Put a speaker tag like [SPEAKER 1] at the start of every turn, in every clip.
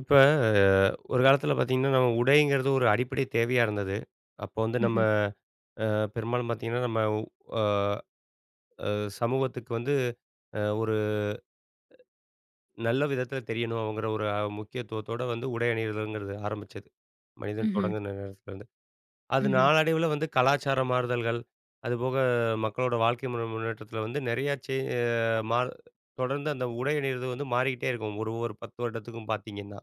[SPEAKER 1] இப்ப ஒரு காலத்துல பார்த்தீங்கன்னா, நம்ம உடைங்கிறது ஒரு அடிப்படை தேவையா இருந்தது. அப்போ வந்து நம்ம
[SPEAKER 2] ம்ஹ்ம்.
[SPEAKER 1] பெரும்பாலும் பார்த்தீங்கன்னா, நம்ம அ சமூகத்துக்கு வந்து ஒரு நல்ல விதத்துல தெரியணும் அப்படிங்கிற ஒரு முக்கியத்துவத்தோட வந்து உடை அணியிறதுங்கிறது ஆரம்பிச்சது. மனிதன்
[SPEAKER 2] ம்ஹ்ம்.
[SPEAKER 1] தொடங்குன நேரத்துலருந்து. அது
[SPEAKER 2] ம்ஹ்ம்.
[SPEAKER 1] நாளடைவுல வந்து கலாச்சார மாறுதல்கள், அதுபோக மக்களோட வாழ்க்கை முறை முன்னேற்றத்துல வந்து நெறையா சே அ மா தொடர்ந்து அந்த உடை அணியிறது வந்து மாறிக்கிட்டே இருக்கும். ஒரு ஒரு 10 வருடத்துக்கும் பார்த்தீங்கன்னா.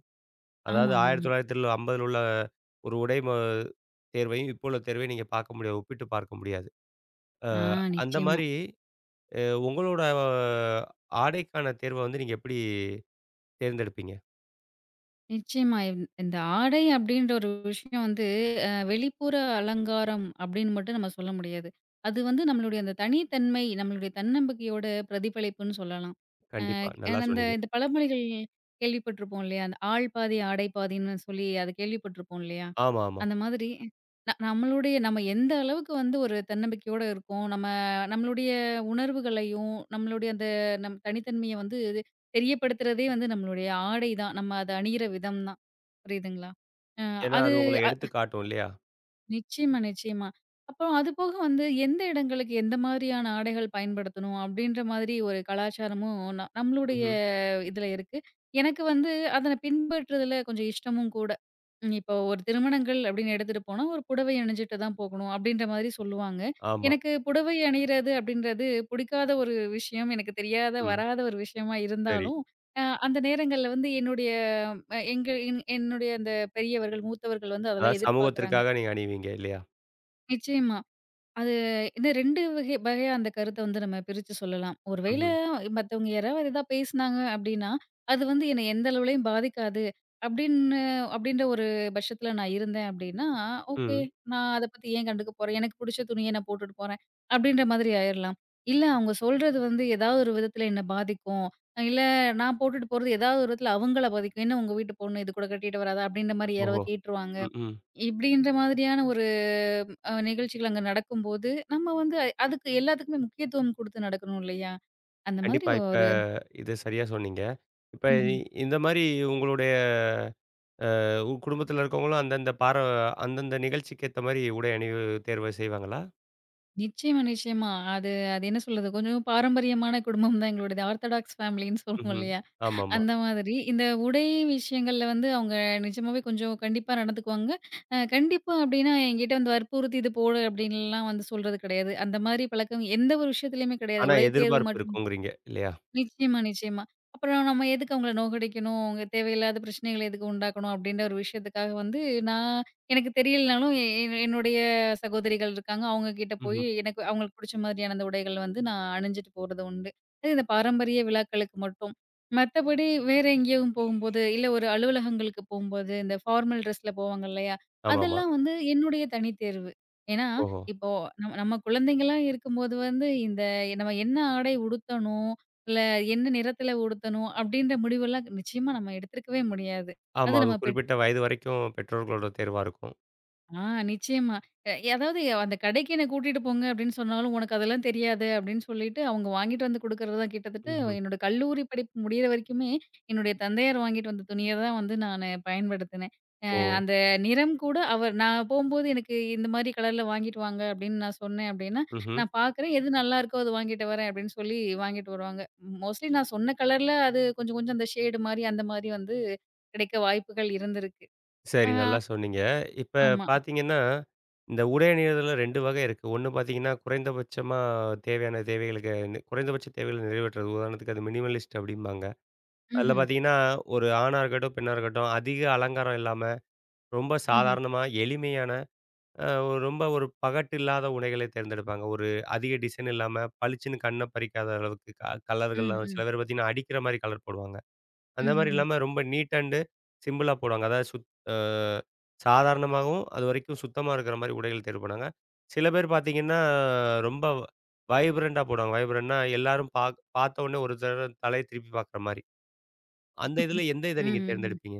[SPEAKER 1] அதாவது
[SPEAKER 2] ஆமா, ஆமா, ஆமா.
[SPEAKER 1] 1950 உள்ள ஒரு உடை தேர்வையும், இப்போ உள்ள தேர்வையும் நீங்க பார்க்க முடியாது. ஒப்பிட்டு பார்க்க முடியாது. அ
[SPEAKER 2] ஆ
[SPEAKER 1] அந்த
[SPEAKER 2] நிச்சயமா.
[SPEAKER 1] மாரி அ உங்களோட ஆடைக்கான தேர்வ வந்து நீங்க எப்படி தேர்ந்தெடுப்பீங்க?
[SPEAKER 2] நிச்சயமா. இந்த ஆடை அப்படின்ற ஒரு விஷயம் வந்து வெளிப்புற அலங்காரம் அப்படின்னு மட்டும் நம்ம சொல்ல முடியாது. அது வந்து நம்மளுடைய அந்த தனித்தன்மை, நம்மளுடைய தன்னம்பிக்கையோட பிரதிபலிப்புன்னு சொல்லலாம்.
[SPEAKER 1] கண்டிப்பா. நல்லா
[SPEAKER 2] அந்த
[SPEAKER 1] சொன்னீங்க.
[SPEAKER 2] இந்த பழமொழிகள் கேள்விப்பட்டிருப்போம் இல்லையா? அந்த ஆள் பாதி, ஆடை பாதின்னு சொல்லி அத கேள்விப்பட்டிருப்போம் இல்லையா?
[SPEAKER 1] ஆமா, ஆமா.
[SPEAKER 2] அந்த மாதிரி நம்மளுடைய நம்ம எந்த அளவுக்கு வந்து ஒரு தன்னம்பிக்கையோட இருக்கோம். நம்ம நம்மளுடைய உணர்வுகளையும், நம்மளுடைய அந்த நம் தனித்தன்மைய வந்து இது தெரியப்படுத்துறதே வந்து நம்மளுடைய ஆடை தான். நம்ம அத அணியிற விதம் தான். புரியுதுங்களா? அ
[SPEAKER 1] ஏன்னா
[SPEAKER 2] அது
[SPEAKER 1] அது உங்கள எடுத்து காட்டும் இல்லையா?
[SPEAKER 2] நிச்சயமா, நிச்சயமா. அப்புறம் அது போக வந்து எந்த இடங்களுக்கு எந்த மாதிரியான ஆடைகள் பயன்படுத்தணும் அப்படின்ற மாதிரி ஒரு கலாச்சாரமும் நம்மளுடைய
[SPEAKER 1] ம்ஹ்ம்.
[SPEAKER 2] இதுல இருக்கு. எனக்கு வந்து அத பின்பற்றுறதுல கொஞ்சம் இஷ்டமும் கூட. இப்போ ஒரு திருமணங்கள் அப்படின்னு எடுத்துட்டு போனா, ஒரு புடவை அணிஞ்சுட்டு தான் போகணும் அப்படின்ற மாதிரி சொல்லுவாங்க.
[SPEAKER 1] ஆமா.
[SPEAKER 2] எனக்கு புடவை அணியிறது அப்படின்றது பிடிக்காத ஒரு விஷயம். எனக்கு தெரியாத,
[SPEAKER 1] ம்.
[SPEAKER 2] வராத ஒரு விஷயமா
[SPEAKER 1] சரி.
[SPEAKER 2] இருந்தாலும், அந்த நேரங்கள்ல வந்து என்னுடைய அ எங்க என் என்னுடைய அந்த பெரியவர்கள், மூத்தவர்கள் வந்து அதெல்லாம்
[SPEAKER 1] அதாவது
[SPEAKER 2] எதிர்பார்க்குறாங்க.
[SPEAKER 1] சமூகத்திற்காக நீங்க அணிவீங்க இல்லையா?
[SPEAKER 2] நிச்சயமா. அது இந்த 2 வகையா அந்த கருத்த வந்து நம்ம பிரிச்சு சொல்லலாம். ஒருவேள
[SPEAKER 1] ம்ஹ்ம்.
[SPEAKER 2] மத்தவங்க யாராவது ஏதாவது பேசினாங்க அப்டின்னா, அது வந்து என்ன எந்த அளவுலயும் பாதிக்காது அப்டின்னு அப்டின்ற ஒரு பட்சத்துல நான் இருந்தேன் அப்டின்னா, ஓகே,
[SPEAKER 1] ம்.
[SPEAKER 2] நான் அத பத்தி ஏன் கண்டுக்க போறேன்? எனக்கு புடிச்ச துணிய நான் போட்டுட்டு போறேன். அப்டின்ற மாதிரி ஆயிரலாம். இல்ல அவங்க சொல்றது வந்து ஏதாவது ஒரு விதத்துல என்ன பாதிக்கும். இல்ல நான் போட்டுட்டு போறது ஏதாவது ஒரு விதத்துல அவங்கள பாதிக்கும். என்ன உங்க வீட்டு பொண்ணு இது கூட கட்டிட்டு வராதா? அப்டின்ற மாரி
[SPEAKER 1] ஓஹோ!
[SPEAKER 2] யாராவது கேட்டுருவாங்க.
[SPEAKER 1] ம், ம்.
[SPEAKER 2] இப்படின்ற மாதிரியான ஒரு நிகழ்ச்சிகள் அங்க நடக்கும்போது, நம்ம வந்து அதுக்கு எல்லாத்துக்குமே முக்கியத்துவம் குடுத்து நடக்கணும் இல்லையா? அந்த மாதிரி
[SPEAKER 1] கண்டிப்பா. இப்ப
[SPEAKER 2] ஒரு
[SPEAKER 1] இது சரியா சொன்னீங்க. இப்ப
[SPEAKER 2] ம்ஹ்ம்.
[SPEAKER 1] இந்த மாரி உங்களுடைய உங்க குடும்பத்தில இருக்கவங்களும் அந்தந்த நிகழ்ச்சிக்கு ஏத்த மாரி உடை அணிவு தேர்வு செய்வாங்களா?
[SPEAKER 2] நிச்சயமா, நிச்சயமா. அது அது என்ன சொல்றது, கொஞ்சம் பாரம்பரியமான குடும்பம் தான் எங்களுடையது. ஆர்த்தடாக்ஸ் ஃபேமிலின்னு சொல்லுவோம்
[SPEAKER 1] ம்ஹ்ம்.
[SPEAKER 2] இல்லையா?
[SPEAKER 1] ஆமாமா.
[SPEAKER 2] அந்த மாதிரி இந்த உடை விஷயங்கள்ல வந்து அவங்க நிஜமாவே கொஞ்சம் கண்டிப்பா நடந்துக்குவாங்க. கண்டிப்பா அப்படின்னா என்கிட்ட வந்து வற்புறுத்தி இது போடு அப்படின்லாம் வந்து சொல்றது கிடையாது. அந்த மாதிரி பழக்கம் எந்த ஒரு விஷயத்துலயுமே கிடையாது.
[SPEAKER 1] ஆனா
[SPEAKER 2] உடை தேர்வு
[SPEAKER 1] எதிர்பார்ப்பு இருக்குங்கிறீங்க இல்லையா?
[SPEAKER 2] நிச்சயமா, நிச்சயமா. அப்புறம் நம்ம எதுக்கு அவங்கள நோகடிக்கணும்? அவங்க தேவையில்லாத பிரச்சனைகள எதுக்கு உண்டாக்கணும்? அப்படின்ற ஒரு விஷயத்துக்காக வந்து நான் எனக்கு தெரியலனாலும் எ என் என்னுடைய சகோதரிகள் இருக்காங்க. அவங்க கிட்ட போய்
[SPEAKER 1] ம்ஹ்ம்.
[SPEAKER 2] எனக்கு அவங்களுக்கு புடிச்ச மாதிரியான அந்த உடைகள் வந்து நான் அணிஞ்சுட்டு போறது உண்டு. அது இந்த பாரம்பரிய விழாக்களுக்கு மட்டும். மத்தபடி வேற எங்கேயும் போகும்போது, இல்ல ஒரு அலுவலகங்களுக்கு போம்போது, இந்த ஃபார்மல் ட்ரெஸ்ல போவாங்க இல்லையா?
[SPEAKER 1] ஆமாமா.
[SPEAKER 2] அதெல்லாம் வந்து என்னுடைய தனித்தேர்வு. ஏன்னா,
[SPEAKER 1] ஓஹோ!
[SPEAKER 2] இப்போ நம்ம நம்ம குழந்தைங்களா இருக்கும்போது வந்து இந்த நம்ம என்ன ஆடை உடுத்தணும்? இல்ல என்ன நிறத்துல உடுத்தணும் அப்டின்ற முடிவெல்லாம் நிச்சயமா நம்ம எடுத்திருக்கவே முடியாது.
[SPEAKER 1] ஆமா.
[SPEAKER 2] அது
[SPEAKER 1] அது
[SPEAKER 2] நம்ம பெற்
[SPEAKER 1] குறிப்பிட்ட வயது வரைக்கும் பெற்றோர்களோட தேர்வா இருக்கும்.
[SPEAKER 2] ஆ நிச்சயமா. அதாவது அந்த கடைக்கு என்ன கூட்டிட்டு போங்க அப்டின்னு சொன்னாலும், "உனக்கு அதெல்லாம் தெரியாது" அப்டின்னு சொல்லிட்டு அவங்க வாங்கிட்டு வந்து குடுக்குறது தான் கிட்டத்தட்ட
[SPEAKER 1] ம்ஹ்ம்.
[SPEAKER 2] என்னோட கல்லூரி படிப்பு முடியிற வரைக்குமே, என்னுடைய தந்தையார் வாங்கிட்டு வந்த துணிய தான் வந்து நானு பயன்படுத்தினேன்.
[SPEAKER 1] ஓ!
[SPEAKER 2] அந்த நிறம் கூட அவர் நான் போம்போது எனக்கு இந்த மாரி கலர்ல வாங்கிட்டு வாங்க அப்படின்னு நான் சொன்னேன் அப்படின்னா,
[SPEAKER 1] ம்ஹ்ம்.
[SPEAKER 2] நான் பார்க்குறேன் எது நல்லாருக்கோ அது வாங்கிட்டு வரேன் அப்படின்னு சொல்லி வாங்கிட்டு வருவாங்க. மோஸ்ட்லி நான் சொன்ன கலர்ல அது கொஞ்சம் கொஞ்சம் அந்த ஷேடு மாரி அந்த மாரி வந்து கிடைக்க வாய்ப்புகள் இருந்திருக்கு.
[SPEAKER 1] சரி
[SPEAKER 2] ஆ
[SPEAKER 1] நல்லா சொன்னீங்க. இப்ப
[SPEAKER 2] ஆமா.
[SPEAKER 1] பார்த்தீங்கன்னா, இந்த உடை அணியிறதுல 2 வகை இருக்கு. ஒண்ணு பார்த்தீங்கன்னா, குறைந்தபட்சமா தேவையான தேவைகளுக்கு குறைந்தபட்ச தேவைகள நிறைவேற்றுறது. உதாரணத்துக்கு அது மினிமலிஸ்ட் அப்படிம்பாங்க. அதில
[SPEAKER 2] ம்ஹ்ம்.
[SPEAKER 1] பார்த்தீங்கன்னா, ஒரு ஆணா இருக்கட்டும், பெண்ணா இருக்கட்டும் அதிக அலங்காரம் இல்லாம ரொம்ப
[SPEAKER 2] ம்ஹ்ம்.
[SPEAKER 1] சாதாரணமா, எளிமையான அ ரொம்ப ஒரு பகட்டு இல்லாத உடைகளை தேர்ந்தெடுப்பாங்க. ஒரு அதிக டிசைன் இல்லாம, பளிச்சுன்னு கண்ண பறிக்காத அளவுக்கு கலர்கள்லாம்
[SPEAKER 2] ம்ஹ்ம்.
[SPEAKER 1] சில பேர் பார்த்தீங்கன்னா, அடிக்கிற மாரி கலர் போடுவாங்க.
[SPEAKER 2] ம்,
[SPEAKER 1] அந்த
[SPEAKER 2] ம். ம்ஹ்ம்.
[SPEAKER 1] மாரி
[SPEAKER 2] ம்ஹ்ம்.
[SPEAKER 1] இல்லாம ரொம்ப நீட் அண்ட் சிம்பிளா போடுவாங்க. அதாவது சுத் அ சாதாரணமாகவும், அதுவரைக்கும் சுத்தமா இருக்கிற மாரி உடைகள் தேர்வு பண்ணாங்க. சில பேர் பார்த்தீங்கன்னா, ரொம்ப வைப்ரண்ட்டா போடுவாங்க. வைப்ரண்ட்னா எல்லாரும் பார்த்த உடனே ஒரு தடவ தலைய திருப்பி பார்க்குற மாரி. அந்த இதில எந்த இத நீங்க தேர்ந்தெடுப்பீங்க?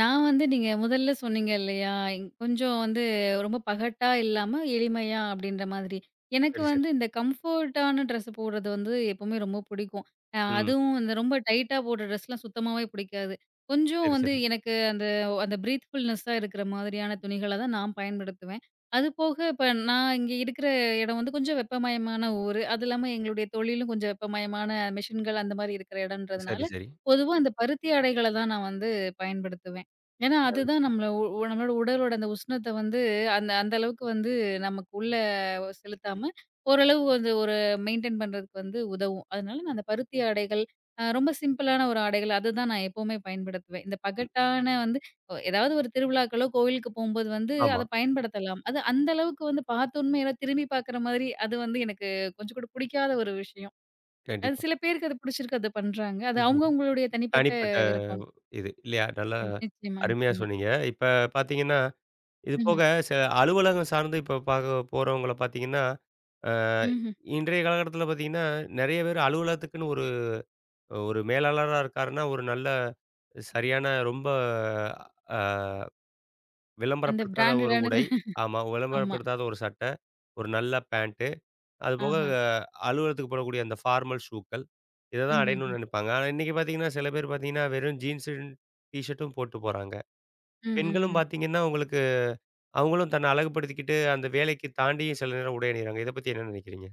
[SPEAKER 2] நான் வந்து நீங்க முதல்ல சொன்னீங்க இல்லையா? கொஞ்சம் வந்து ரொம்ப பகட்டா இல்லாம எளிமையா அப்படின்ற மாதிரி. எனக்கு
[SPEAKER 1] சரி, சரி.
[SPEAKER 2] வந்து இந்த கம்ஃபோர்ட்டான ட்ரெஸ் போடுறது வந்து எப்பவுமே ரொம்ப பிடிக்கும்.
[SPEAKER 1] ம்.
[SPEAKER 2] அதுவும் இந்த ரொம்ப டைட்டா போடுற ட்ரெஸ்லாம் சுத்தமாவே பிடிக்காது. கொஞ்சம்
[SPEAKER 1] சரி,
[SPEAKER 2] வந்து
[SPEAKER 1] சரி.
[SPEAKER 2] எனக்கு அந்த அந்த பிரீத்ஃபுல்னெஸ்ஸா இருக்கிற மாதிரியான துணிகள தான் நான் பயன்படுத்துவேன். அதுபோக இப்ப நான் இங்க இருக்கிற இடம் வந்து கொஞ்சம் வெப்பமயமான ஊரு. அது இல்லாம எங்களுடைய தொழிலும் கொஞ்சம் வெப்பமயமான மெஷின்கள் அந்த மாரி இருக்கிற இடம்ன்றதுனால,
[SPEAKER 1] சரி, சரி.
[SPEAKER 2] பொதுவா அந்த பருத்தி ஆடைகள தான் நான் வந்து பயன்படுத்துவேன். ஏன்னா,
[SPEAKER 1] அ
[SPEAKER 2] அதுதான் நம்மள உ உ நம்மளோட உடலோட அந்த உஷ்ணத்த வந்து அந்த அந்த அளவுக்கு வந்து நமக்கு உள்ள செலுத்தாம, ஓரளவு வந்து ஒரு மெயின்டெயின் பண்றதுக்கு வந்து உதவும். அதனால நான் அந்த பருத்தி ஆடைகள், ரொம்ப சிம்பிளான ஒரு ஆடைகள் அதுதான் நான் எப்பவுமே பயன்படுத்துவேன். இந்த பகட்டான வந்து ஏதாவது ஒரு திருவிழாக்களோ, கோவிலுக்கு போம்போது வந்து
[SPEAKER 1] ஆமா.
[SPEAKER 2] அத பயன்படுத்தலாம். அது அந்த அளவுக்கு வந்து பார்த்தோன்னே யாராவது திரும்பி பார்க்குற மாதிரி அது வந்து எனக்கு கொஞ்சம் கூட புடிக்காத ஒரு விஷயம். அது
[SPEAKER 1] கண்டிப்பா.
[SPEAKER 2] சில பேருக்கு அது புடிச்சிருக்கு, அது பண்றாங்க. அது
[SPEAKER 1] ம்ஹ்ம்.
[SPEAKER 2] அவங்கவங்களுடைய தனிப்பட்ட
[SPEAKER 1] தனிப்பட்ட
[SPEAKER 2] விருப்பம்.
[SPEAKER 1] இது இல்லையா? நல்லா
[SPEAKER 2] நிச்சயமா,
[SPEAKER 1] அருமையா
[SPEAKER 2] நிச்சயமா.
[SPEAKER 1] சொன்னீங்க. இப்ப பார்த்தீங்கன்னா, இது
[SPEAKER 2] ம்ஹ்ம்.
[SPEAKER 1] போக சில அலுவலகம் சார்ந்து இப்ப பாக்க போறவங்கள பார்த்தீங்கன்னா, அ
[SPEAKER 2] ம்ஹ்ம்.
[SPEAKER 1] இன்றைய காலகட்டத்தில பார்த்தீங்கன்னா, நெறைய பேர் அலுவலகத்துக்குன்னு ஒரு ஒரு மேலாளரா இருக்காருன்னா, ஒரு நல்ல சரியான ரொம்ப அ
[SPEAKER 2] அந்த
[SPEAKER 1] விளம்பரப்படுத்தாத ஒரு உடை.
[SPEAKER 2] பிராண்டடானது.
[SPEAKER 1] ஆமா.
[SPEAKER 2] ஆமா.
[SPEAKER 1] விளம்பரப்படுத்தாத ஒரு சட்டை, ஒரு நல்ல பேண்ட் அதுபோக
[SPEAKER 2] ஆஹா.
[SPEAKER 1] அலுவலகத்துக்கு போடக்கூடிய அந்த ஃபார்மல் ஷூக்கள். இத தான்
[SPEAKER 2] ம்ஹ்ஹ்ம்.
[SPEAKER 1] அடையணும்னு நெனைப்பாங்க. ஆனா இன்னைக்கு பார்த்தீங்கன்னா, சில பேர் பார்த்தீங்கன்னா, வெறும் ஜீன்ஸு, டீ ஷர்ட்டும் போட்டு போறாங்க.
[SPEAKER 2] ம், ம்,
[SPEAKER 1] பெண்களும்
[SPEAKER 2] ம்.
[SPEAKER 1] பார்த்தீங்கன்னா, உங்களுக்கு அவங்களும் தன்னை அழகுபடுத்திக்கிட்டு அந்த வேலைக்கு தாண்டியும் சில நேரம் உடை அணியிறாங்க. இத பத்தி என்ன நெனைக்கிறீங்க?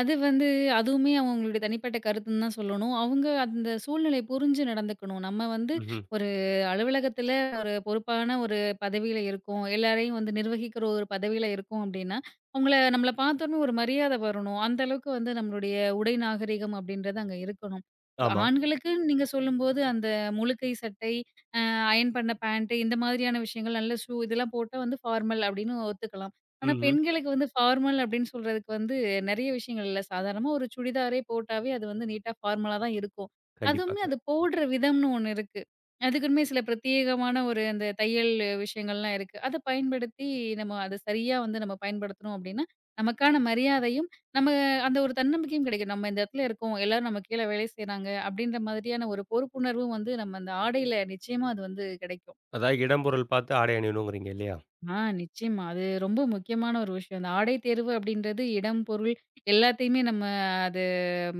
[SPEAKER 2] அது வந்து அதுவுமே அவங்களுடைய தனிப்பட்ட கருத்துன்னு தான் சொல்லணும். அவங்க அந்த சூழ்நிலைய புரிஞ்சு நடந்துக்கணும். நம்ம வந்து
[SPEAKER 1] ம்ஹ்ம்.
[SPEAKER 2] ஒரு அலுவலகத்தில ஒரு பொறுப்பான ஒரு பதவியில இருக்கோம். எல்லாரையும் வந்து நிர்வகிக்கிற ஒரு பதவியில இருக்கோம் அப்டின்னா, அவங்கள நம்மள பார்த்தோனே ஒரு மரியாதை வரணும். அந்த அளவுக்கு வந்து நம்மளுடைய உடை நாகரிகம் அப்டின்றது அங்க இருக்கணும். இப்ப
[SPEAKER 1] ஆமா.
[SPEAKER 2] ஆண்களுக்குன்னு நீங்க சொல்லும்போது அந்த முழுக்கை சட்டை, அ அயர்ன் பண்ண பேண்ட் இந்த மாதிரியான விஷயங்கள், நல்ல ஷூ இதெல்லாம் போட்டா வந்து ஃபார்மல் அப்டின்னு ஒத்துக்கலாம். ஆனா,
[SPEAKER 1] ம்ஹ்ம்.
[SPEAKER 2] பெண்களுக்கு வந்து ஃபார்மல் அப்படின்னு சொல்றதுக்கு வந்து நெறைய விஷயங்கள் இல்ல. சாதாரணமா ஒரு சுடிதாரே போட்டாவே அது வந்து நீட்டா ஃபார்மலா தான் இருக்கும்.
[SPEAKER 1] கண்டிப்பா.
[SPEAKER 2] அதுவுமே அது போடுற விதம்னு ஒண்ணு இருக்கு. அதுக்குமே சில பிரத்யேகமான ஒரு அந்த தையல் விஷயங்கள்லாம் இருக்கு. அத பயன்படுத்தி நம்ம அத சரியா வந்து நம்ம பயன்படுத்துனோம் அப்படின்னா, நமக்கான மரியாதையும், நம்ம அந்த ஒரு தன்னம்பிக்கையும் கிடைக்கும். நம்ம இந்த இடத்துல இருக்கோம். எல்லாரும் நம்ம கீழ வேலை செய்றாங்க அப்படின்ற மாதிரியான ஒரு பொறுப்புணர்வும் வந்து நம்ம அந்த ஆடையில நிச்சயமா அது வந்து கிடைக்கும்.
[SPEAKER 1] அதாவது இடம்பொருள் பார்த்து ஆடை அணியணுங்கிறீங்க இல்லையா?
[SPEAKER 2] ஆ நிச்சயமா. அது ரொம்ப முக்கியமான ஒரு விஷயம். அந்த ஆடை தேர்வு அப்படின்றது இடம், பொருள் எல்லாத்தையுமே நம்ம அது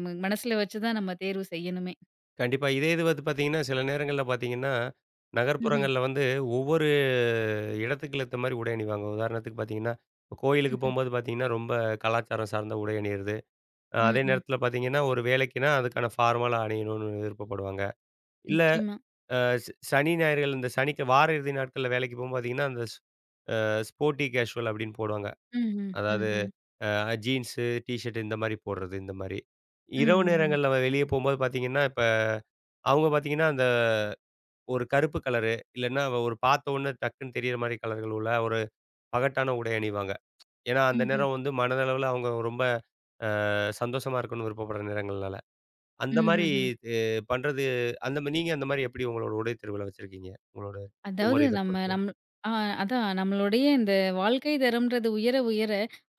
[SPEAKER 2] மனசுல வச்சு தான் நம்ம தேர்வு செய்யணுமே.
[SPEAKER 1] கண்டிப்பா. இதே இது வந்து பார்த்தீங்கன்னா, சில நேரங்கள்ல பார்த்தீங்கன்னா,
[SPEAKER 2] ம்ஹ்ம்.
[SPEAKER 1] நகர்ப்புறங்கள்ல வந்து ஒவ்வொரு இடத்துக்கு ஏத்த மாரி உடை அணிவாங்க. உதாரணத்துக்கு பார்த்தீங்கன்னா, இப்ப கோயிலுக்கு
[SPEAKER 2] ம்ஹ்ம்.
[SPEAKER 1] போம்போது பார்த்தீங்கன்னா, ரொம்ப கலாச்சாரம் சார்ந்த உடை அணியிறது.
[SPEAKER 2] ம்,
[SPEAKER 1] அதே
[SPEAKER 2] ம்.
[SPEAKER 1] நேரத்தில பார்த்தீங்கன்னா, ஒரு வேலைக்குன்னா அதுக்கான ஃபார்மலா அணியணும்னு விருப்பப்படுவாங்க. இல்ல
[SPEAKER 2] நிச்சயமா.
[SPEAKER 1] அ ச சனி, ஞாயிறுகள் இந்த சனிக்கு வார இறுதி நாட்கள்ல வேலைக்கு போகும்போது பார்த்தீங்கன்னா, அந்த ஸ் அ ஸ்போர்ட்டி கேஷுவல் அப்படின்னு போடுவாங்க.
[SPEAKER 2] ம்ஹ்ம்.
[SPEAKER 1] அதாவது
[SPEAKER 2] ம்ஹ்ம்.
[SPEAKER 1] ஜீன்ஸு, டீ ஷர்ட் இந்த மாரி போடுறது இந்த மாரி. இரவு
[SPEAKER 2] ம்ஹ்ம்.
[SPEAKER 1] நேரங்கள்ல வெளிய போம்போது பார்த்தீங்கன்னா, இப்ப அவங்க பார்த்தீங்கன்னா, அந்த ஒரு கருப்பு கலரு இல்லன்னா ஒரு பார்த்த உடனே டக்குன்னு தெரியிற மாரி கலர்கள் உள்ள ஒரு பகட்டான உடை அணிவாங்க. ஏன்னா, அந்த
[SPEAKER 2] ம்ஹ்ம்.
[SPEAKER 1] நேரம் வந்து மனதளவுல அவங்க ரொம்ப சந்தோஷமா இருக்கணும்னு விருப்பப்படுற நேரங்கள்னால. அந்த
[SPEAKER 2] ம்ஹ்ம்.
[SPEAKER 1] மாரி
[SPEAKER 2] ம்ஹ்ம்.
[SPEAKER 1] எ பண்றது அந்த மா நீங்க அந்த மாரி எப்படி உங்களோட உடை தேர்வுல வச்சிருக்கீங்க? உங்களோட
[SPEAKER 2] அதாவது
[SPEAKER 1] ஒவ்வொரு இத
[SPEAKER 2] நம்ம
[SPEAKER 1] பொறுத்து.
[SPEAKER 2] நம் ஆ அதான் நம்மளுடைய இந்த வாழ்க்கை தரம்ன்றது உயர உயர,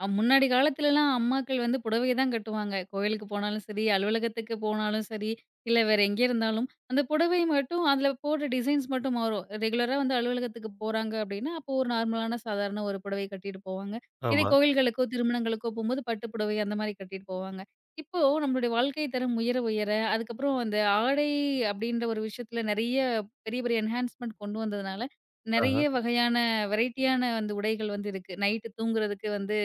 [SPEAKER 2] முன்னாடி காலத்துலலாம் அம்மாக்கள் வந்து புடவை தான் கட்டுவாங்க. கோயிலுக்கு போனாலும் சரி, அலுவலகத்துக்கு போனாலும் சரி, இல்ல வேற எங்கே இருந்தாலும் அந்த புடவை மட்டும் அதில போடுற டிசைன்ஸ் மட்டும் மாறும். ரெகுலரா வந்து அலுவலகத்துக்கு போறாங்க அப்படின்னா, அப்போ ஒரு நார்மலான சாதாரண ஒரு புடவை கட்டிட்டு போவாங்க. இதே
[SPEAKER 1] ஆமா.
[SPEAKER 2] கோயில்களுக்கோ, திருமணங்களுக்கோ போம்போது பட்டு புடவை அந்த மாரி கட்டிட்டு போவாங்க. இப்போ நம்மளுடைய வாழ்க்கை தரம் உயர உயர, அதுக்கப்புறம் அந்த ஆடை அப்படின்ற ஒரு விஷயத்தில நெறைய பெரிய பெரிய என்ஹான்ஸ்மென்ட் கொண்டு வந்ததுனால,
[SPEAKER 1] ஆஹா.
[SPEAKER 2] நெறைய வகையான வெரைட்டியான வந்து உடைகள் வந்து இருக்கு. நைட்டு தூங்குறதுக்கு வந்து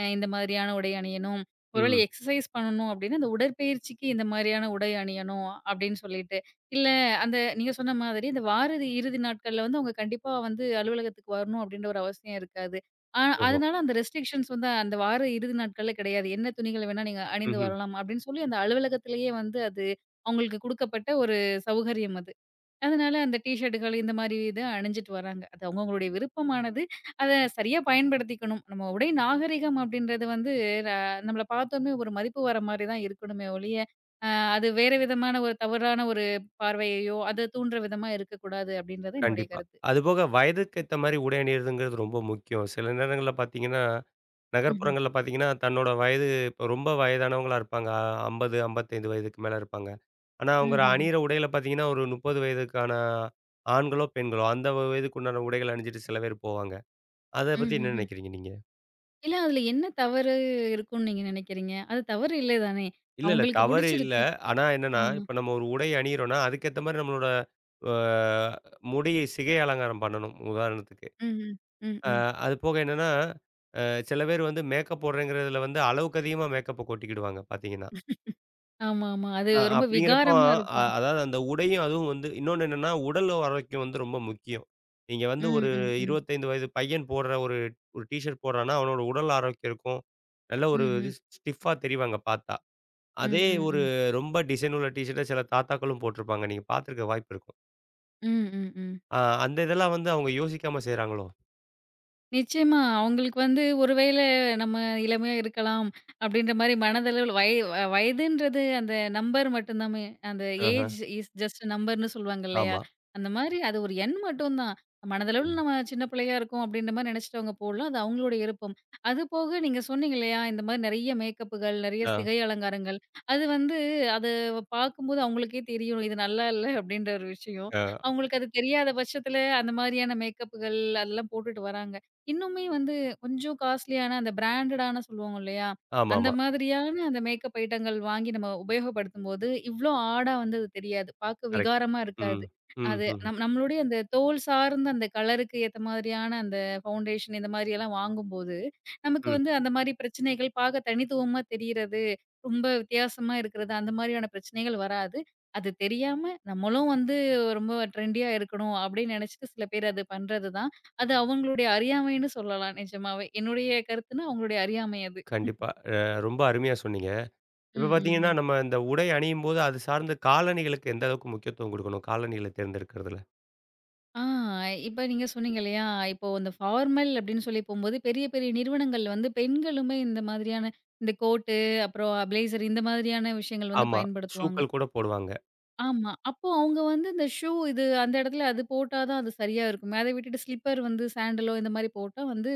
[SPEAKER 2] இந்த மாதிரியான உடை அணியணும். ஒருவேளை
[SPEAKER 1] ம்.
[SPEAKER 2] எக்ஸர்சைஸ் பண்ணணும் அப்டின்னா, அந்த உடற்பயிற்சிக்கு இந்த மாரியான உடை அணியணும் அப்டின்னு சொல்லிட்டு. இல்ல அந்த நீங்க சொன்ன மாதிரி இந்த வார இறுதி நாட்கள்ல வந்து அவங்க கண்டிப்பா வந்து அலுவலகத்துக்கு வரணும் அப்டின்ற ஒரு அவசியம் இருக்காது. ஆ
[SPEAKER 1] ஓஹோ!
[SPEAKER 2] அதனால அந்த ரெஸ்ட்ரிக்ஷன்ஸ் வந்து அந்த வார இறுதி நாட்கள்ல கிடையாது. என்ன துணிகள் வேணா நீங்க அணிந்து
[SPEAKER 1] ம்ஹ்ம்.
[SPEAKER 2] வரலாம் அப்டின்னு சொல்லி அந்த அலுவலகத்திலேயே வந்து அது அவங்களுக்கு குடுக்கப்பட்ட ஒரு சௌகரியம் அது. அதனால அந்த டீ ஷர்ட்டுகள் இந்த மாதிரி இது அணிஞ்சிட்டு வராங்க. அது அவங்கவங்களுடைய விருப்பமானது. அத சரியா பயன்படுத்திக்கணும். நம்ம உடை நாகரிகம் அப்படின்றது வந்து ர நம்மள பார்த்தோனே ஒரு மதிப்பு வர மாரி தான் இருக்கணுமே ஒழிய, அ அது வேற விதமான ஒரு தவறான ஒரு பார்வையையோ, அத தூண்டுற விதமா இருக்கக்கூடாது அப்படின்றது என்னுடைய
[SPEAKER 1] கண்டிப்பா.
[SPEAKER 2] கருத்து.
[SPEAKER 1] அதுபோக வயதுக்கு ஏத்த மாரி உடை அணியிறதுங்கிறது ரொம்ப முக்கியம். சில நேரங்கள்ல பார்த்தீங்கன்னா,
[SPEAKER 2] ம்ஹ்ம்.
[SPEAKER 1] நகர்ப்புறங்கள்ல பார்த்தீங்கன்னா, தன்னோட வயது இப்போ ரொம்ப வயதானவங்களா இருப்பாங்க. 50, 55 வயதுக்கு மேல இருப்பாங்க. ஆனா, அவங்க
[SPEAKER 2] ம்ஹ்ஹ்ம்.
[SPEAKER 1] அணியிற உடையில பார்த்தீங்கன்னா, ஒரு 30 வயதுக்கான ஆண்களோ, பெண்களோ அந்த வயதுக்கு உண்டான உடைகள் அணிஞ்சிட்டு சில பேர் போவாங்க. அத பத்தி என்ன
[SPEAKER 2] ம்ஹ்ஹ்ம்.
[SPEAKER 1] நினைக்கிறீங்க நீங்க?
[SPEAKER 2] இல்ல அதுல என்ன தவறு இருக்கும்னு நீங்க நினைக்கிறீங்க? அது தவறு இல்லை தானே!
[SPEAKER 1] இல்ல, இல்ல.
[SPEAKER 2] அவங்களுக்கு
[SPEAKER 1] தவறு இல்ல.
[SPEAKER 2] புடிச்சிருக்கு.
[SPEAKER 1] ஆனா
[SPEAKER 2] ஆ.
[SPEAKER 1] என்னன்னா, இப்ப நம்ம ஒரு உடை அணியிறோம்னா, அதுக்கேத்த மாரி நம்மளோட அ முடி, சிகை அலங்காரம் பண்ணணும், உதாரணத்துக்கு.
[SPEAKER 2] ம்ஹ்ம். ம்,
[SPEAKER 1] அ
[SPEAKER 2] ம்.
[SPEAKER 1] அது போக என்னன்னா, அ சில பேர் வந்து மேக்கப் போடுறேங்கிறதுல வந்து அளவுக்கு அதிகமா மேக்கப்ப கொட்டிக்கிடுவாங்க பார்த்தீங்கன்னா.
[SPEAKER 2] ஆமாமா. அது ரொம்ப
[SPEAKER 1] அப்படிங்கிறப்போ
[SPEAKER 2] விகாரமா இருக்கும்.
[SPEAKER 1] அதாவது அந்த உடையும் அதுவும் வந்து இன்னொன்னு என்னன்னா, உடல் ஆரோக்கியம் வந்து ரொம்ப முக்கியம். நீங்க வந்து
[SPEAKER 2] ம்,
[SPEAKER 1] ஒரு
[SPEAKER 2] ம், ம்.
[SPEAKER 1] 25 வயது பையன் போடுற ஒரு ஒரு டீ ஷர்ட் போடுறான்னா, அவனோட உடல் ஆரோக்கியம் இருக்கும். நல்ல ஒரு
[SPEAKER 2] Mm-hmm,
[SPEAKER 1] இது ஸ்டிஃப்பா தெரிவாங்க பார்த்தா. அதே ஒரு
[SPEAKER 2] mm-mm-mm,
[SPEAKER 1] ரொம்ப டிசைன் உள்ள டீ ஷர்ட்ட சில தாத்தாக்களும் போட்டிருப்பாங்க. நீங்க பார்த்துருக்க வாய்ப்பு இருக்கும்.
[SPEAKER 2] mm-mm-mm.
[SPEAKER 1] அ அந்த இதெல்லாம் வந்து அவங்க யோசிக்காம செய்றாங்களோ?
[SPEAKER 2] நிச்சயமா. அவுங்களுக்கு வந்து ஒருவேள நம்ம இளமையா இருக்கலாம், அப்படின்ற மாரி மனதளவுல வய வ வயதுன்றது அந்த நம்பர் மட்டும் தாமே. அந்த
[SPEAKER 1] ஆஹ.
[SPEAKER 2] ஏஜ் இஸ் ஜஸ்ட் அ நம்பர்ன்னு சொல்லுவாங்க இல்லையா?
[SPEAKER 1] ஆமா.
[SPEAKER 2] அந்த மாரி அது ஒரு எண் மட்டும் தான். மனதளவுல
[SPEAKER 1] ம்.
[SPEAKER 2] நம்ம சின்ன பிள்ளையா இருக்கோம் அப்படின்ற மாரி நெனைச்சிட்டு அவங்க போடலாம். அது அவங்களோட விருப்பம். அதுபோக நீங்க சொன்னீங்க இல்லையா? இந்த மாரி நெறைய மேக்கப்புகள், நெறைய
[SPEAKER 1] அ,
[SPEAKER 2] சிகை அலங்காரங்கள். அது வந்து அது பார்க்கும்போது அவங்களுக்கே தெரியும். இது நல்லா இல்ல அப்படின்ற ஒரு விஷயம்.
[SPEAKER 1] அ.
[SPEAKER 2] அவங்களுக்கு அது தெரியாத பட்சத்தில அந்த மாரியான மேக்கப்புகள் அதெல்லாம் போட்டுட்டு வராங்க. இன்னுமே வந்து கொஞ்சம் காஸ்ட்லியான அந்த பிராண்டடான சொல்லுவாங்க இல்லையா? அந்த
[SPEAKER 1] ஆமாமா.
[SPEAKER 2] மாதிரியான அந்த மேக்கப் ஐட்டங்கள் வாங்கி நம்ம உபயோகப்படுத்தும்போது, இவ்ளோ ஆடா வந்து அது தெரியாது. பார்க்க
[SPEAKER 1] கரெக்ட்.
[SPEAKER 2] விகாரமா
[SPEAKER 1] ம்.
[SPEAKER 2] இருக்காது.
[SPEAKER 1] ம்,
[SPEAKER 2] அது
[SPEAKER 1] ம்,
[SPEAKER 2] நம்மளுடைய அந்த தோல் சார்ந்த அந்த கலருக்கு ஏத்த மாதிரியான அந்த ஃபவுண்டேஷன் இந்த மாதிரியெல்லாம் வாங்கும்போது, நமக்கு
[SPEAKER 1] ம்.
[SPEAKER 2] வந்து அந்த மாரி பிரச்சனைகள் பார்க்க தனித்துவமா தெரியறது, ரொம்ப வித்தியாசமா இருக்கிறது, அந்த மாதிரியான பிரச்சனைகள் வராது. அது தெரியாம நம்மளும் வந்து ரொம்ப ட்ரெண்டியா இருக்கணும் அப்படின்னு நினைச்சிட்டு சில பேர் அது பண்றது தான். அது அவங்களுடைய அறியாமைன்னு சொல்லலாம் நிஜமாவே. என்னுடைய கருத்துன்னா, அவங்களுடைய அறியாமை அது.
[SPEAKER 1] கண்டிப்பா. ரொம்ப அருமையா சொன்னீங்க. இப்ப
[SPEAKER 2] ம்,
[SPEAKER 1] பார்த்தீங்கன்னா,
[SPEAKER 2] ம்ஹ்ம்.
[SPEAKER 1] நம்ம இந்த உடை அணியும்போது அது சார்ந்த காலணிகளுக்கு எந்த அளவுக்கு முக்கியத்துவம் குடுக்கணும்? காலணிகள தேர்ந்தெடுக்கிறதுல.
[SPEAKER 2] ஆ இப்ப நீங்க சொன்னீங்க இல்லையா? இப்போ இந்த ஃபார்மல் அப்படின்னு சொல்லி போம்போது, பெரிய பெரிய நிறுவனங்கள் வந்து பெண்களுமே இந்த மாதிரியான இந்த கோட்டு, அப்புறம் பிளேசர் இந்த மாதிரியான விஷயங்கள் வந்து
[SPEAKER 1] ஆமா.
[SPEAKER 2] பயன்படுத்துவாங்க.
[SPEAKER 1] ஷூக்கள் கூட போடுவாங்க.
[SPEAKER 2] ஆமா. அப்போ அவங்க வந்து இந்த ஷூ இது அந்த இடத்துல அது போட்டா தான் அது சரியா இருக்குமே. அத விட்டுட்டு ஸ்லிப்பர் வந்து சாண்டலோ இந்த மாரி போட்டா வந்து,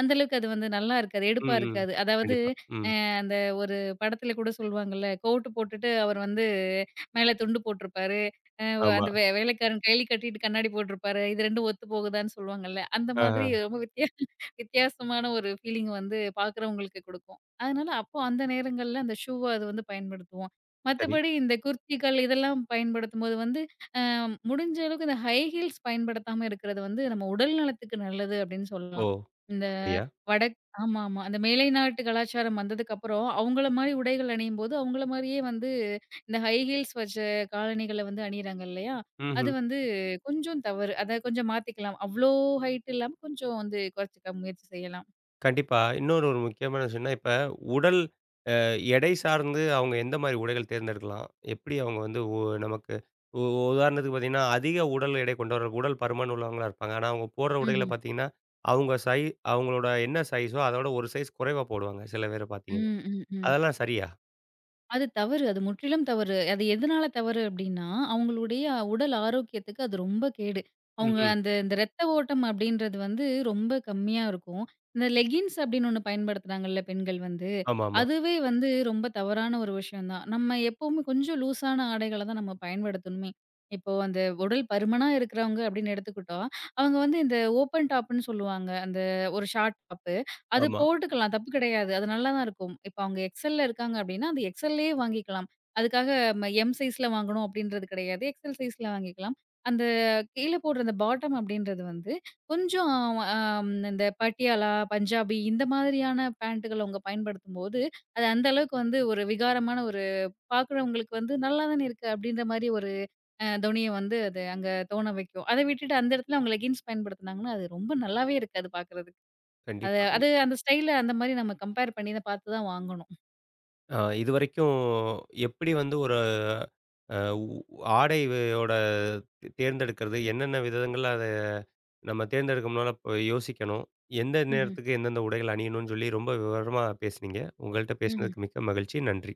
[SPEAKER 2] அந்த அளவுக்கு அது வந்து நல்லா இருக்காது. எடுப்பா
[SPEAKER 1] ம், ம்.
[SPEAKER 2] இருக்காது. அதாவது
[SPEAKER 1] கண்டிப்பா. ம்.
[SPEAKER 2] அ அந்த ஒரு படத்துல கூட சொல்லுவாங்கல்ல, கோட் போட்டுட்டு அவர் வந்து மேல துண்டு போட்டிருப்பாரு. அ
[SPEAKER 1] ஆமா.
[SPEAKER 2] அந்த வே வேலைக்காரன் டேலி கட்டிட்டு கண்ணாடி போட்டிருப்பாரு. இது 2 ஒத்து போகுதான்னு சொல்லுவாங்கல்ல. அந்த மாதிரி
[SPEAKER 1] ஆஹ.
[SPEAKER 2] ரொம்ப வித்தியாசமான ஒரு ஃபீலிங் வந்து பார்க்குறவங்களுக்கு குடுக்கும். அதனால அப்போ அந்த நேரங்கள்ல அந்த ஷூவ அது வந்து பயன்படுத்துவோம்.
[SPEAKER 1] சரி.
[SPEAKER 2] மத்தபடி இந்த குர்த்திகள் இதெல்லாம் பயன்படுத்தும்போது வந்து, அ முடிஞ்ச அளவுக்கு இந்த ஹை ஹீல்ஸ் பயன்படுத்தாம இருக்கிறது வந்து நம்ம உடல் நலத்துக்கு நல்லது அப்படின்னு
[SPEAKER 1] ஓ!
[SPEAKER 2] சொல்லலாம். இந்த
[SPEAKER 1] அப்படியா?
[SPEAKER 2] வடக் ஆமாமா. அந்த மேலை நாட்டு கலாச்சாரம் வந்ததுக்கப்புறம், அவங்கள மாரி உடைகள் அணியும்போது அவங்கள மாரியே வந்து இந்த ஹை ஹீல்ஸ் வச்ச காலணிகள வந்து அணியிறாங்க இல்லையா? அது
[SPEAKER 1] ம்ஹ்ம்.
[SPEAKER 2] வந்து கொஞ்சம் தவறு. அத கொஞ்சம் மாத்திக்கலாம். அவ்ளோ ஹைட் இல்லாம கொஞ்சம் வந்து குறைச்சுக்க முயற்சி செய்யலாம்.
[SPEAKER 1] கண்டிப்பா. இன்னொரு ஒரு முக்கியமான விஷயம்னா, இப்ப உடல் அ எடை சார்ந்து அவங்க எந்த மாரி உடைகள் தேர்ந்தெடுக்கலாம்? எப்படி அவங்க வந்து நமக்கு உ உதாரணத்துக்கு பார்த்தீங்கன்னா, அதிக உடல் எடை கொண்டவர்கள், உடல் பருமன் உள்ளவங்களா இருப்பாங்க. ஆனா, அவங்க போடுற உடைகள
[SPEAKER 2] ம்ஹ்ம்.
[SPEAKER 1] பார்த்தீங்கன்னா, அவங்க சை அவங்களோட என்ன சைஸோ, அதோட ஒரு சைஸ் குறைவா போடுவாங்க, சில பேர பார்த்தீங்கன்னா.
[SPEAKER 2] ம், ம், ம்.
[SPEAKER 1] அதெல்லாம் சரியா?
[SPEAKER 2] அது தவறு. அது முற்றிலும் தவறு. அது எதனால தவறு அப்டின்னா, அவங்களுடைய உடல் ஆரோக்கியத்துக்கு அது ரொம்ப கேடு. அவங்க
[SPEAKER 1] ம்ஹ்ம்.
[SPEAKER 2] அந்த இந்த ரத்த ஓட்டம் அப்டின்றது வந்து ரொம்ப கம்மியா இருக்கும். இந்த லெகின்ஸ் அப்டின்னு ஒண்ணு பயன்படுத்துறாங்கல்ல பெண்கள் வந்து,
[SPEAKER 1] ஆமாமா.
[SPEAKER 2] அதுவே வந்து ரொம்ப தவறான ஒரு விஷயம் தான். நம்ம எப்பவுமே கொஞ்சம் லூஸான ஆடைகள தான் நம்ம பயன்படுத்தணுமே. இப்போ அந்த உடல் பருமனா இருக்கிறவங்க அப்டின்னு எடுத்துக்கிட்டா, அவங்க வந்து இந்த ஓப்பன் டாப்ன்னு சொல்லுவாங்க. அந்த ஒரு ஷார்ட் டாப். அது
[SPEAKER 1] ஆமா.
[SPEAKER 2] போட்டுக்கலாம். தப்பு கிடையாது. அது நல்லா தான் இருக்கும். இப்ப அவங்க எக்ஸல்ல இருக்காங்க அப்டின்னா, அது எக்ஸல்லயே வாங்கிக்கலாம். அதுக்காக எம் சைஸ்ல வாங்கணும் அப்டின்றது கிடையாது. எக்ஸல் சைஸ்ல வாங்கிக்கலாம். அந்த கீழ போடுற அந்த பாட்டம் அப்டின்றது வந்து, கொஞ்சம் இந்த பட்டியாலா, பஞ்சாபி இந்த மாதிரியான பேண்டுகள அவங்க பயன்படுத்தும்போது, அது அந்த அளவுக்கு வந்து ஒரு விகாரமான ஒரு பாக்குறவங்களுக்கு வந்து நல்லா தானே இருக்கு அப்டின்ற மாரி ஒரு தொனிய வந்து அது அங்க தோண வைக்கும். அத விட்டுட்டு அந்த இடத்துல அவங்க லெகின்ஸ் பயன்படுத்துனாங்கன்னா, அது ரொம்ப நல்லாவே இருக்காது பாக்குறதுக்கு. அது
[SPEAKER 1] கண்டிப்பா. இ
[SPEAKER 2] அது அந்த ஸ்டைல்ல அந்த மாரி நம்ம கம்பேர் பண்ணி தான் பார்த்து தான் வாங்கணும்.
[SPEAKER 1] அ இதுவரைக்கும் எப்படி வந்து ஒரு அ உ ஆடையோட தேர்ந்தெடுக்கிறது? என்னென்ன விதங்கள்ல நம்ம தேர்ந்தெடுக்க முன்னால இப்ப யோசிக்கணும். எந்த
[SPEAKER 2] ம்ஹ்ம்,
[SPEAKER 1] நேரத்துக்கு எந்தெந்த உடைகள் அணியணும்னு சொல்லி ரொம்ப விவரமா பேசுனீங்க. உங்கள்ட்ட
[SPEAKER 2] ம்ஹ்ம்.
[SPEAKER 1] பேசினதுக்கு மிக்க மகிழ்ச்சி. நன்றி.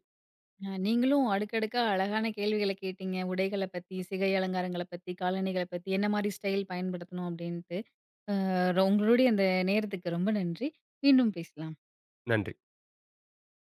[SPEAKER 2] நீங்களும் அடுக்கடுக்கா அழகான கேள்விகள கேட்டீங்க. உடைகள பத்தி, சிகை அலங்காரங்கள பத்தி, காலணிகள பத்தி, என்ன மாரி ஸ்டைல் பயன்படுத்தணும் அப்டின்ட்டு. உங்களுடைய அந்த நேரத்துக்கு ரொம்ப நன்றி. மீண்டும் பேசலாம்.
[SPEAKER 1] நன்றி.